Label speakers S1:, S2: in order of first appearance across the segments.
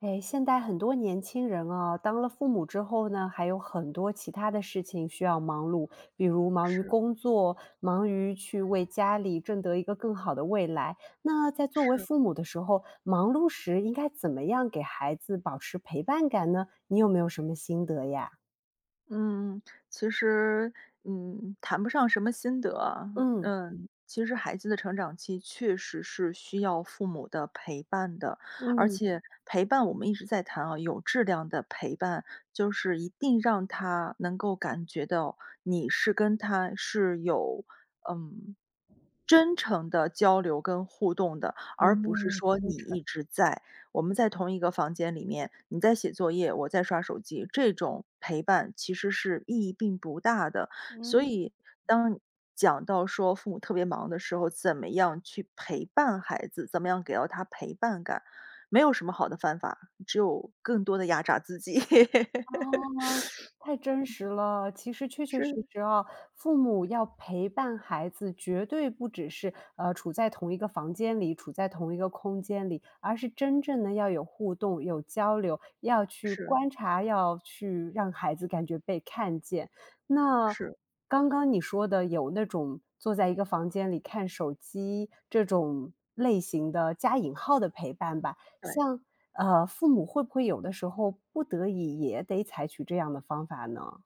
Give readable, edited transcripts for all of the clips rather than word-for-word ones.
S1: 哎，现在很多年轻人啊，当了父母之后呢，还有很多其他的事情需要忙碌，比如忙于
S2: 是
S1: 工作，忙于去为家里挣得一个更好的未来。那在作为
S2: 是，
S1: 父母的时候，忙碌时应该怎么样给孩子保持陪伴感呢？你有没有什么心得呀？
S2: 嗯，其实，谈不上什么心得啊
S1: 嗯
S2: 其实孩子的成长期确实是需要父母的陪伴的，而
S1: 嗯
S2: 且陪伴我们一直在谈啊，有质量的陪伴，就是一定让他能够感觉到你是跟他是有，嗯，真诚的交流跟互动的，
S1: 嗯
S2: 而不是说
S1: 嗯
S2: 你一直在我们在同一个房间里面，你在写作业，我在刷手机，这种陪伴其实是意义并不大的。所
S1: 嗯。
S2: 以当讲到说父母特别忙的时候，怎么样去陪伴孩子，怎么样给到他陪伴感，没有什么好的方法，只有更多的压榨自己。
S1: 哦，太真实了。其实确确实
S2: 是
S1: 实啊，父母要陪伴孩子，绝对不只是处在同一个房间里，处在同一个空间里，而是真正的要有互动、有交流，要去
S2: 是
S1: 观察，要去让孩子感觉被看见。那
S2: 是，
S1: 刚刚你说的有那种坐在一个房间里看手机这种类型的加引号的陪伴吧。
S2: 对。
S1: 像，父母会不会有的时候不得已也得采取这样的方法呢？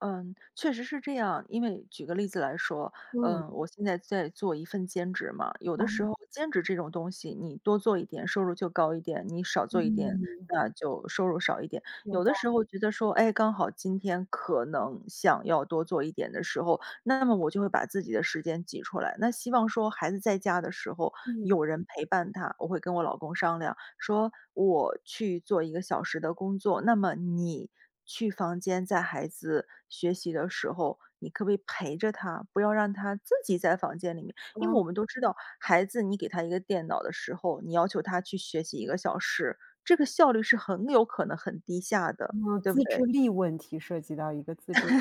S2: 嗯，确实是这样。因为举个例子来说，
S1: 嗯，
S2: 我现在在做一份兼职嘛，有的
S1: 哦，
S2: 时候兼职这种东西，你多做一点，收入就高一点；你少做一点，
S1: 嗯，
S2: 那就收入少一点。
S1: 有
S2: 有的
S1: 道
S2: 时候觉得说，哎，刚好今天可能想要多做一点的时候，那么我就会把自己的时间挤出来。那希望说孩子在家的时候
S1: 理。
S2: 有人陪伴他，我会跟我老公商量。说我去做一个小时的工作，那么你去房间在孩子学习的时候，你可不可以陪着他，不要让他自己在房间里面？因为
S1: 啊。
S2: 我们都知道，孩子你给他一个电脑的时候，你要求他去学习一个小时，这个效率是很有可能很低下的，
S1: 嗯，
S2: 对不
S1: 自制
S2: 对？
S1: 力问题涉及到一个自制力，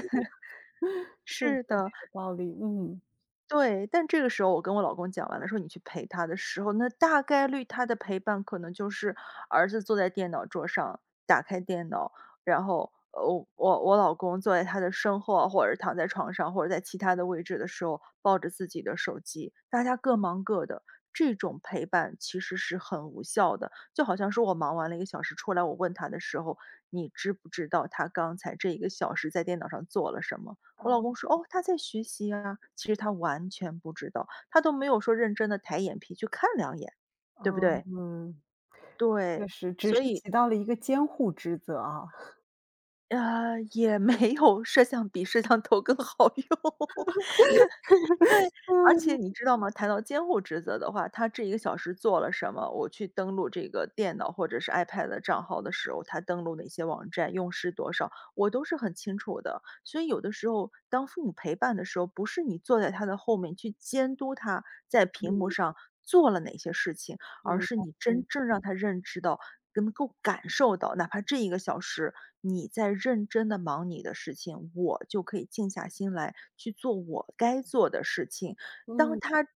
S1: 确实很
S2: 是的，
S1: 有道理，嗯。
S2: 对，但这个时候我跟我老公讲完了说你去陪他的时候，那大概率他的陪伴可能就是儿子坐在电脑桌上，打开电脑，然后我老公坐在他的身后啊，或者是躺在床上，或者在其他的位置的时候，抱着自己的手机，大家各忙各的。这种陪伴其实是很无效的，就好像是我忙完了一个小时出来，我问他的时候，你知不知道他刚才这一个小时在电脑上做了什么？
S1: 啊，
S2: 我老公说：“哦，他在学习啊。”其实他完全不知道，他都没有说认真的抬眼皮去看两眼，对不对？
S1: 嗯，确
S2: 对，
S1: 实，只
S2: 所
S1: 是
S2: 以，
S1: 起到了一个监护职责啊。
S2: 也没有比摄像头更好用。对，
S1: 嗯，
S2: 而且你知道吗？谈到监护职责的话，他这一个小时做了什么，我去登录这个电脑或者是 iPad 的账号的时候，他登录哪些网站，用时多少，我都是很清楚的。所以有的时候，当父母陪伴的时候，不是你坐在他的后面去监督他在屏幕
S1: 嗯，
S2: 上做了哪些事情，而是你
S1: 嗯。
S2: 真正让他认知到，能够感受到，哪怕这一个小时你在认真的忙你的事情，我就可以静下心来去做我该做的事情。当
S1: 嗯，
S2: 他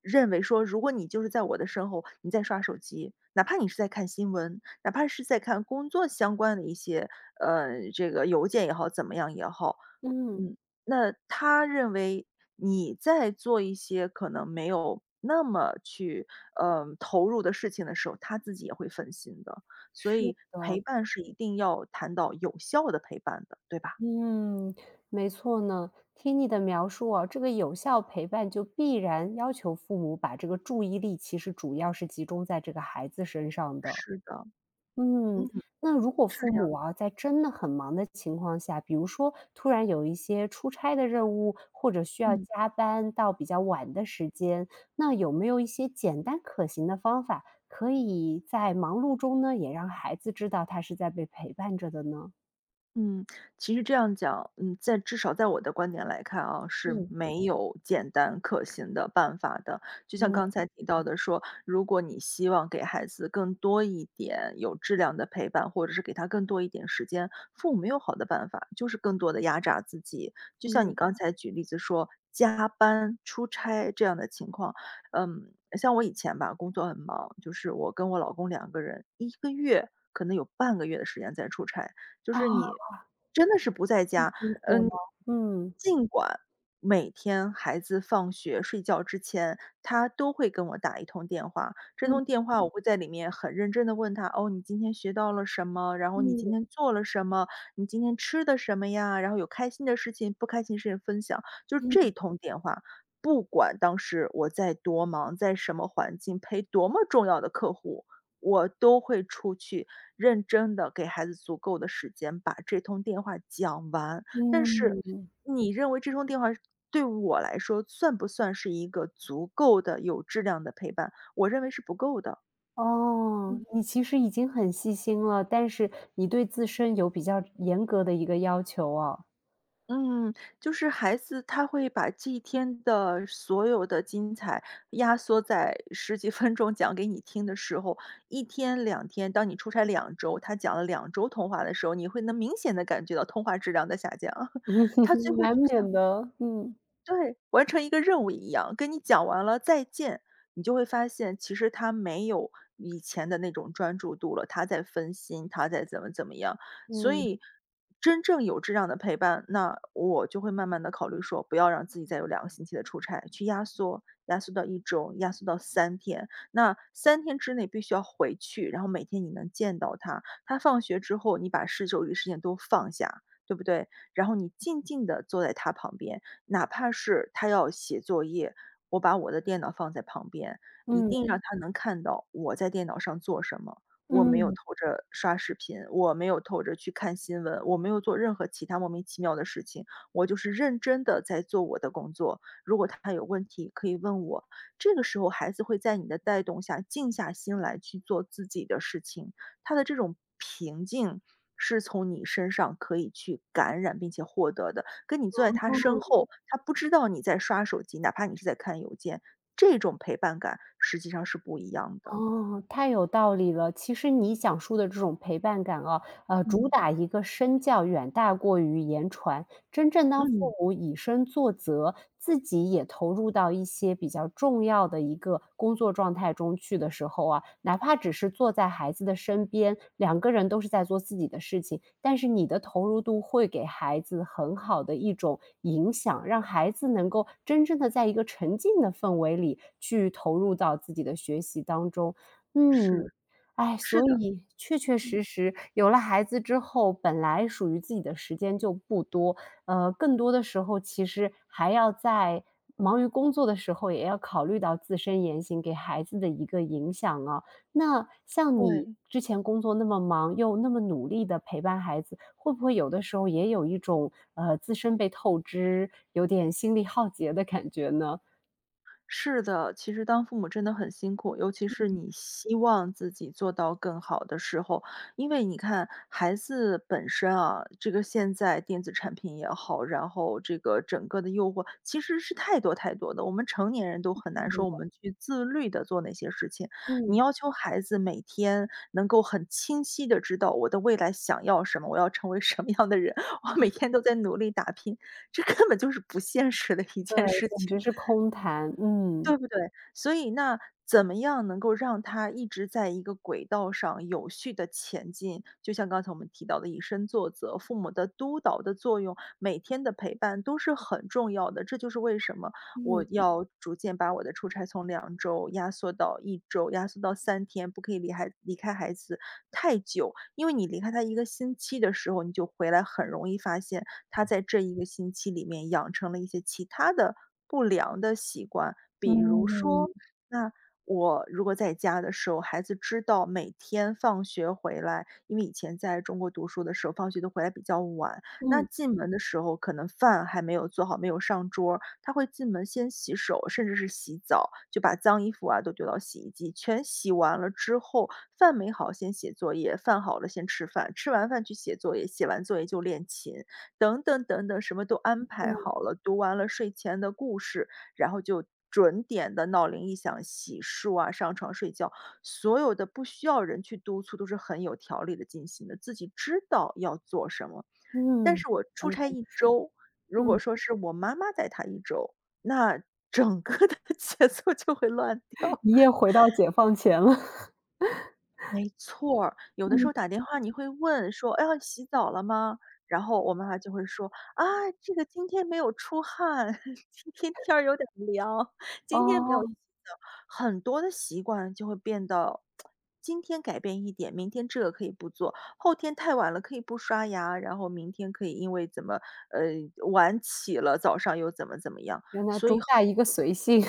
S2: 认为说，如果你就是在我的身后，你在刷手机，哪怕你是在看新闻，哪怕是在看工作相关的一些，这个邮件也好，怎么样也好，
S1: 嗯，
S2: 嗯，那他认为你在做一些可能没有那么去投入的事情的时候，他自己也会分心的。所
S1: 是
S2: 以陪
S1: 的。
S2: 伴是一定要谈到有效的陪伴的，对吧？
S1: 嗯，没错呢。听你的描述啊，这个有效陪伴就必然要求父母把这个注意力，其实主要是集中在这个孩子身上的。
S2: 是的，
S1: 嗯，
S2: 嗯，
S1: 那如果
S2: 是
S1: 父
S2: 这样
S1: 母
S2: 的
S1: 啊，在真的很忙的情况下，比如说突然有一些出差的任务，或者需要
S2: 嗯。
S1: 加班到比较晚的时间，那有没有一些简单可行的方法，可以在忙碌中呢，也让孩子知道他是在被陪伴着的呢？
S2: 嗯，其实这样讲，至少在我的观点来看啊，是
S1: 嗯。
S2: 没有简单可行的办法的。就像刚
S1: 嗯
S2: 才提到的说，如果你希望给孩子更多一点有质量的陪伴，或者是给他更多一点时间，父母没有好的办法，就是更多的压榨自己。就像你
S1: 嗯
S2: 刚才举例子说，加班、出差这样的情况，嗯，像我以前吧，工作很忙，就是我跟我老公两个人，1个月可能有半个月的时间在出差。就
S1: 啊。
S2: 是你真的是不在家，
S1: 辛苦了，
S2: 嗯，
S1: 嗯，
S2: 尽管每天孩子放学睡觉之前，他都会跟我打一通电话，这
S1: 嗯
S2: 通电话我会在里面很认真的问他：“哦，你今天学到了什么？然后你今
S1: 嗯
S2: 天做了什么？你今天吃的什么呀？”然后有开心的事情、不开心的事情分享，就是这通电话，不管当时我在多忙，在什么环境，陪多么重要的客户。我都会出去认真的给孩子足够的时间把这通电话讲完。但是
S1: 嗯嗯，
S2: 你认为这通电话对我来说算不算是一个足够的有质量的陪伴？我认为是不够的。
S1: 哦，
S2: 嗯
S1: 你其实已经很细心了，但是你对自身有比较严格的一个要求啊，
S2: 嗯，就是孩子他会把这一天的所有的精彩压缩在十几分钟讲给你听的时候，一天两天，当你出差两周，他讲了两周通话的时候，你会能明显的感觉到通话质量在下降。他最 后
S1: 难
S2: 就
S1: 免
S2: 像，
S1: 的，嗯
S2: 对，完成一个任务一样，跟你讲完了再见，你就会发现其实他没有以前的那种专注度了，他在分心，他在怎么怎么样。所
S1: 嗯
S2: 以真正有质量的陪伴，那我就会慢慢的考虑说，不要让自己再有2个星期的出差，去压缩，压缩到一周，压缩到三天。那三天之内必须要回去，然后每天你能见到他，他放学之后，你把周围的事情都放下，对不对？然后你静静的坐在他旁边，哪怕是他要写作业，我把我的电脑放在旁边，一
S1: 嗯
S2: 定让他能看到我在电脑上做什么。我没有
S1: 嗯，
S2: 偷着刷视频，我没有偷着去看新闻，我没有做任何其他莫名其妙的事情，我就是认真的在做我的工作。如果他有问题可以问我，这个时候孩子会在你的带动下静下心来去做自己的事情。他的这种平静是从你身上可以去感染并且获得的，跟你坐在他身
S1: 哦
S2: 后，他不知道你在刷手机，哪怕你是在看邮件，这种陪伴感实际上是不一样的。
S1: 哦，太有道理了。其实你讲述的这种陪伴感啊，主
S2: 嗯。
S1: 打一个身教远大过于言传。真正当父
S2: 嗯，
S1: 母以身作则，自己也投入到一些比较重要的一个工作状态中去的时候啊，哪怕只是坐在孩子的身边，两个人都是在做自己的事情，但是你的投入度会给孩子很好的一种影响，让孩子能够真正的在一个沉浸的氛围里去投入到自己的学习当中。
S2: 是，
S1: 嗯，哎，
S2: 是
S1: 所
S2: 的，
S1: 以确确实实有了孩子之后，本来属于自己的时间就不多，更多的时候其实还要在忙于工作的时候，也要考虑到自身言行给孩子的一个影响啊。那像你
S2: 对。
S1: 之前工作那么忙，又那么努力的陪伴孩子，会不会有的时候也有一种，自身被透支，有点心力耗竭的感觉呢？
S2: 是的，其实当父母真的很辛苦，尤其是你希望自己做到更好的时候，因为你看孩子本身啊，这个现在电子产品也好，然后这个整个的诱惑其实是太多太多的，我们成年人都很难说我们去自律的做哪些事情。你
S1: 嗯，
S2: 要求孩子每天能够很清晰的知道我的未来想要什么，我要成为什么样的人，我每天都在努力打拼，这根本就是不现实的一
S1: 对，
S2: 件事
S1: 感
S2: 情。
S1: 觉是空谈，嗯。
S2: 对不对？所以那怎么样能够让他一直在一个轨道上有序的前进？就像刚才我们提到的以身作则，父母的督导的作用，每天的陪伴都是很重要的。这就是为什么我
S1: 嗯，
S2: 要逐渐把我的出差从两周压缩到一周，压缩到三天，不可以离开孩子太久。因为你离开他一个星期的时候，你就回来很容易发现他在这一个星期里面养成了一些其他的不良的习惯。比如
S1: 嗯，
S2: 说，那我如果在家的时候，孩子知道每天放学回来，因为以前在中国读书的时候，放学都回来比较晚，那
S1: 嗯，
S2: 进门的时候可能饭还没有做好，没有上桌儿他会进门先洗手，甚至是洗澡，就把脏衣服啊都丢到洗衣机，全洗完了之后，饭没好先写作业，饭好了先吃饭，吃完饭去写作业，写完作业就练琴。等等等等，什么都安排好了，读完了睡前的故事，然后就准点的闹铃一响，洗漱啊，上床睡觉，所有的不需要人去督促，都是很有条理的进行的，自己知道要做什么。但
S1: 嗯，
S2: 是我出
S1: 完全
S2: 差一
S1: 是，
S2: 周，如果
S1: 嗯，
S2: 说是我妈妈带她一周，那整个的 节奏就会乱掉。
S1: 一夜回到解放前了。
S2: 没错儿，有的时
S1: 嗯，
S2: 候打电话你会问说：“哎呀，洗澡了吗？”然后我妈妈就会说：“啊，这个今天没有出汗，今天天儿有点儿凉，今天没有
S1: 哦。
S2: 洗澡。”很多的习惯就会变到今天改变一点，明天这个可以不做，后天太晚了可以不刷牙，然后明天可以因为怎么，晚起了，早上又怎么怎么样。
S1: 原来
S2: 所
S1: 主
S2: 以
S1: 打一个随性。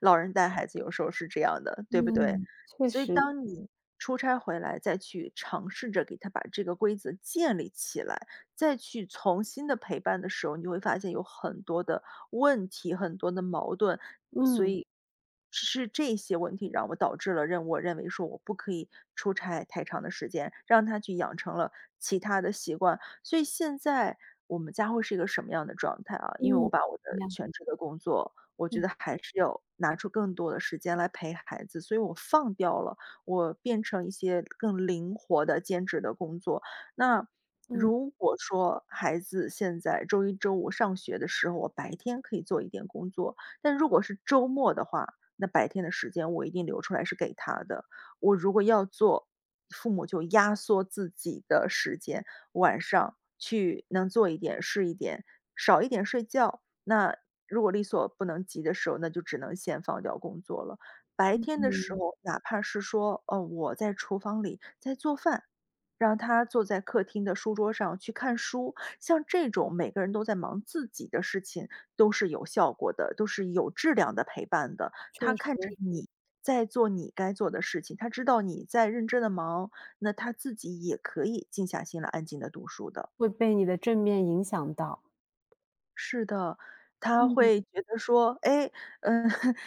S2: 老人带孩子有时候是这样的，对不对？
S1: 嗯，确
S2: 所以
S1: 实，
S2: 当你出差回来，再去尝试着给他把这个规则建立起来，再去重新的陪伴的时候，你就会发现有很多的问题，很多的矛盾。所
S1: 嗯。
S2: 以是这些问题让我导致了我认为说我不可以出差太长的时间，让他去养成了其他的习惯。所以现在我们家会是一个什么样的状态啊，因为我
S1: 嗯，
S2: 把我的
S1: 一样，
S2: 全职的工作我觉
S1: 嗯，
S2: 得还是要拿出更多的时间来陪孩子，所以我放掉了，我变成一些更灵活的兼职的工作。那
S1: 嗯，
S2: 如果说孩子现在周一、周五上学的时候，我白天可以做一点工作，但如果是周末的话，那白天的时间我一定留出来是给他的。我如果要做，父母就压缩自己的时间，晚上去能做一点是一点，少一点睡觉，那如果力所不能及的时候，那就只能先放掉工作了。白天的时候，哪怕是说，我在厨房里在做饭，让他坐在客厅的书桌上去看书，像这种每个人都在忙自己的事情，都是有效果的，都是有质量的陪伴的。
S1: 确
S2: 他看着
S1: 实，
S2: 你在做你该做的事情，他知道你在认真的忙，那他自己也可以静下心来安静的读书的。
S1: 会被你的正面影响到。
S2: 是的，他
S1: 嗯。
S2: 会觉得说，哎，嗯，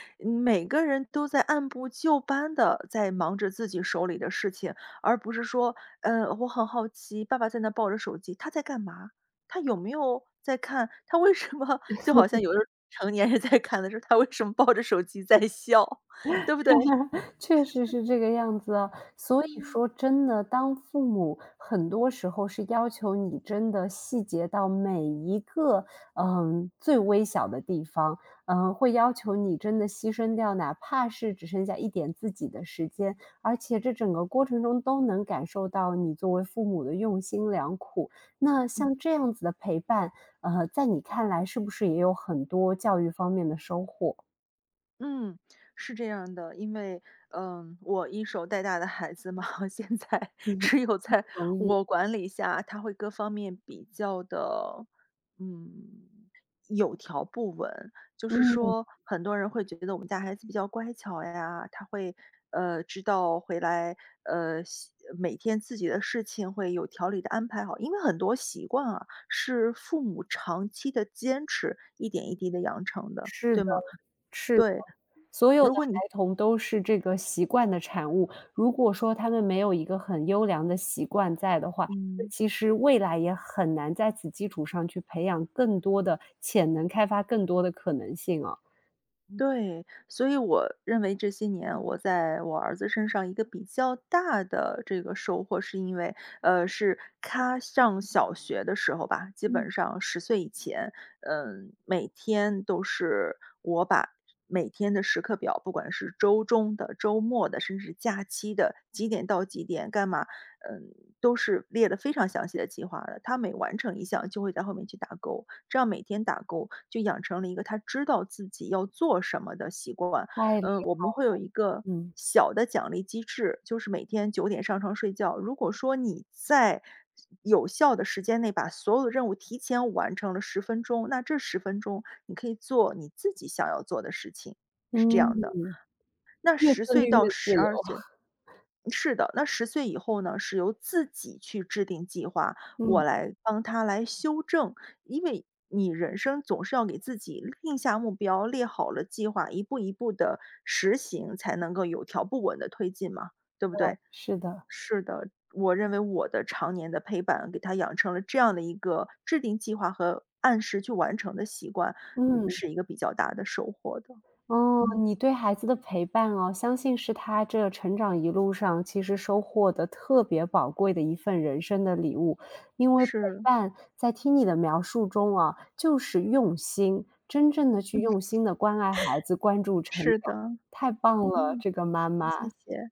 S2: 每个人都在按部就班的在忙着自己手里的事情，而不是说，我很好奇，爸爸在那抱着手机，他在干嘛？他有没有在看？他为什么 就好像有的成年人在看的时候，他为什么抱着手机在笑，对不对？
S1: 确实是这个样子啊。所以
S2: 嗯。
S1: 说真的，当父母很多时候是要求你真的细节到每一个，嗯，最微小的地方，嗯，会要求你真的牺牲掉，哪怕是只剩下一点自己的时间，而且这整个过程中都能感受到你作为父母的用心良苦。那像这样子的陪伴，在你看来是不是也有很多教育方面的收获？
S2: 嗯，是这样的，因为，我一手带大的孩子嘛，现在
S1: 嗯，
S2: 只
S1: 不
S2: 有在
S1: 容易，
S2: 我管理下，他会各方面比较的，嗯，有条不紊。就是
S1: 嗯，
S2: 说，很多人会觉得我们家孩子比较乖巧呀，他会，知道回来，每天自己的事情会有条理的安排好，因为很多习惯啊，是父母长期的坚持，一点一滴的养成的，
S1: 是的。
S2: 对吗？
S1: 是，
S2: 对，
S1: 所有的
S2: 如果你
S1: 孩童都是这个习惯的产物。如果说他们没有一个很优良的习惯在的话，
S2: 嗯，
S1: 那
S2: 嗯，
S1: 其实未来也很难在此基础上去培养更多的潜能，开发更多的可能性啊。
S2: 对，所以我认为这些年我在我儿子身上一个比较大的这个收获，是因为，是他上小学的时候吧，基
S1: 嗯，
S2: 本上十岁以前，嗯，每天都是我把每天的时刻表，不管是周中的、周末的，甚至假期的，几点到几点干嘛，嗯，都是列的非常详细的计划的。他每完成一项就会在后面去打勾，这样每天打勾就养成了一个他知道自己要做什么的习惯。
S1: 太厉害
S2: 我们会有一个
S1: 嗯，
S2: 小的奖励机制，就是每天9点上床睡觉，如果说你在有效的时间内把所有的任务提前完成了十分钟，那这十分钟你可以做你自己想要做的事情，是这
S1: 嗯，
S2: 样的。那
S1: 越
S2: 十
S1: 自
S2: 岁
S1: 律越
S2: 到
S1: 自
S2: 十
S1: 由。
S2: 二岁 是的，那十岁以后呢，是由自己去制定计划，我
S1: 嗯，
S2: 来帮他来修正。因为你人生总是要给自己定下目标，列好了计划，一步一步的实行，才能够有条不紊的推进嘛，对不对？
S1: 是的，
S2: 是的，我认为我的常年的陪伴，给他养成了这样的一个制定计划和按时去完成的习惯，
S1: 嗯。
S2: 是一个比较大的收获的。
S1: 哦，
S2: 嗯，
S1: 你对孩子的陪伴哦，相信是他这成长一路上其实收获的特别宝贵的一份人生的礼物。因为陪
S2: 是，
S1: 伴，在听你的描述中啊，就是用心，真正的去
S2: 嗯，
S1: 用心的关爱孩子，关注成长，
S2: 是的，
S1: 太棒了，
S2: 嗯，
S1: 这个妈
S2: 谢
S1: 妈。
S2: 谢。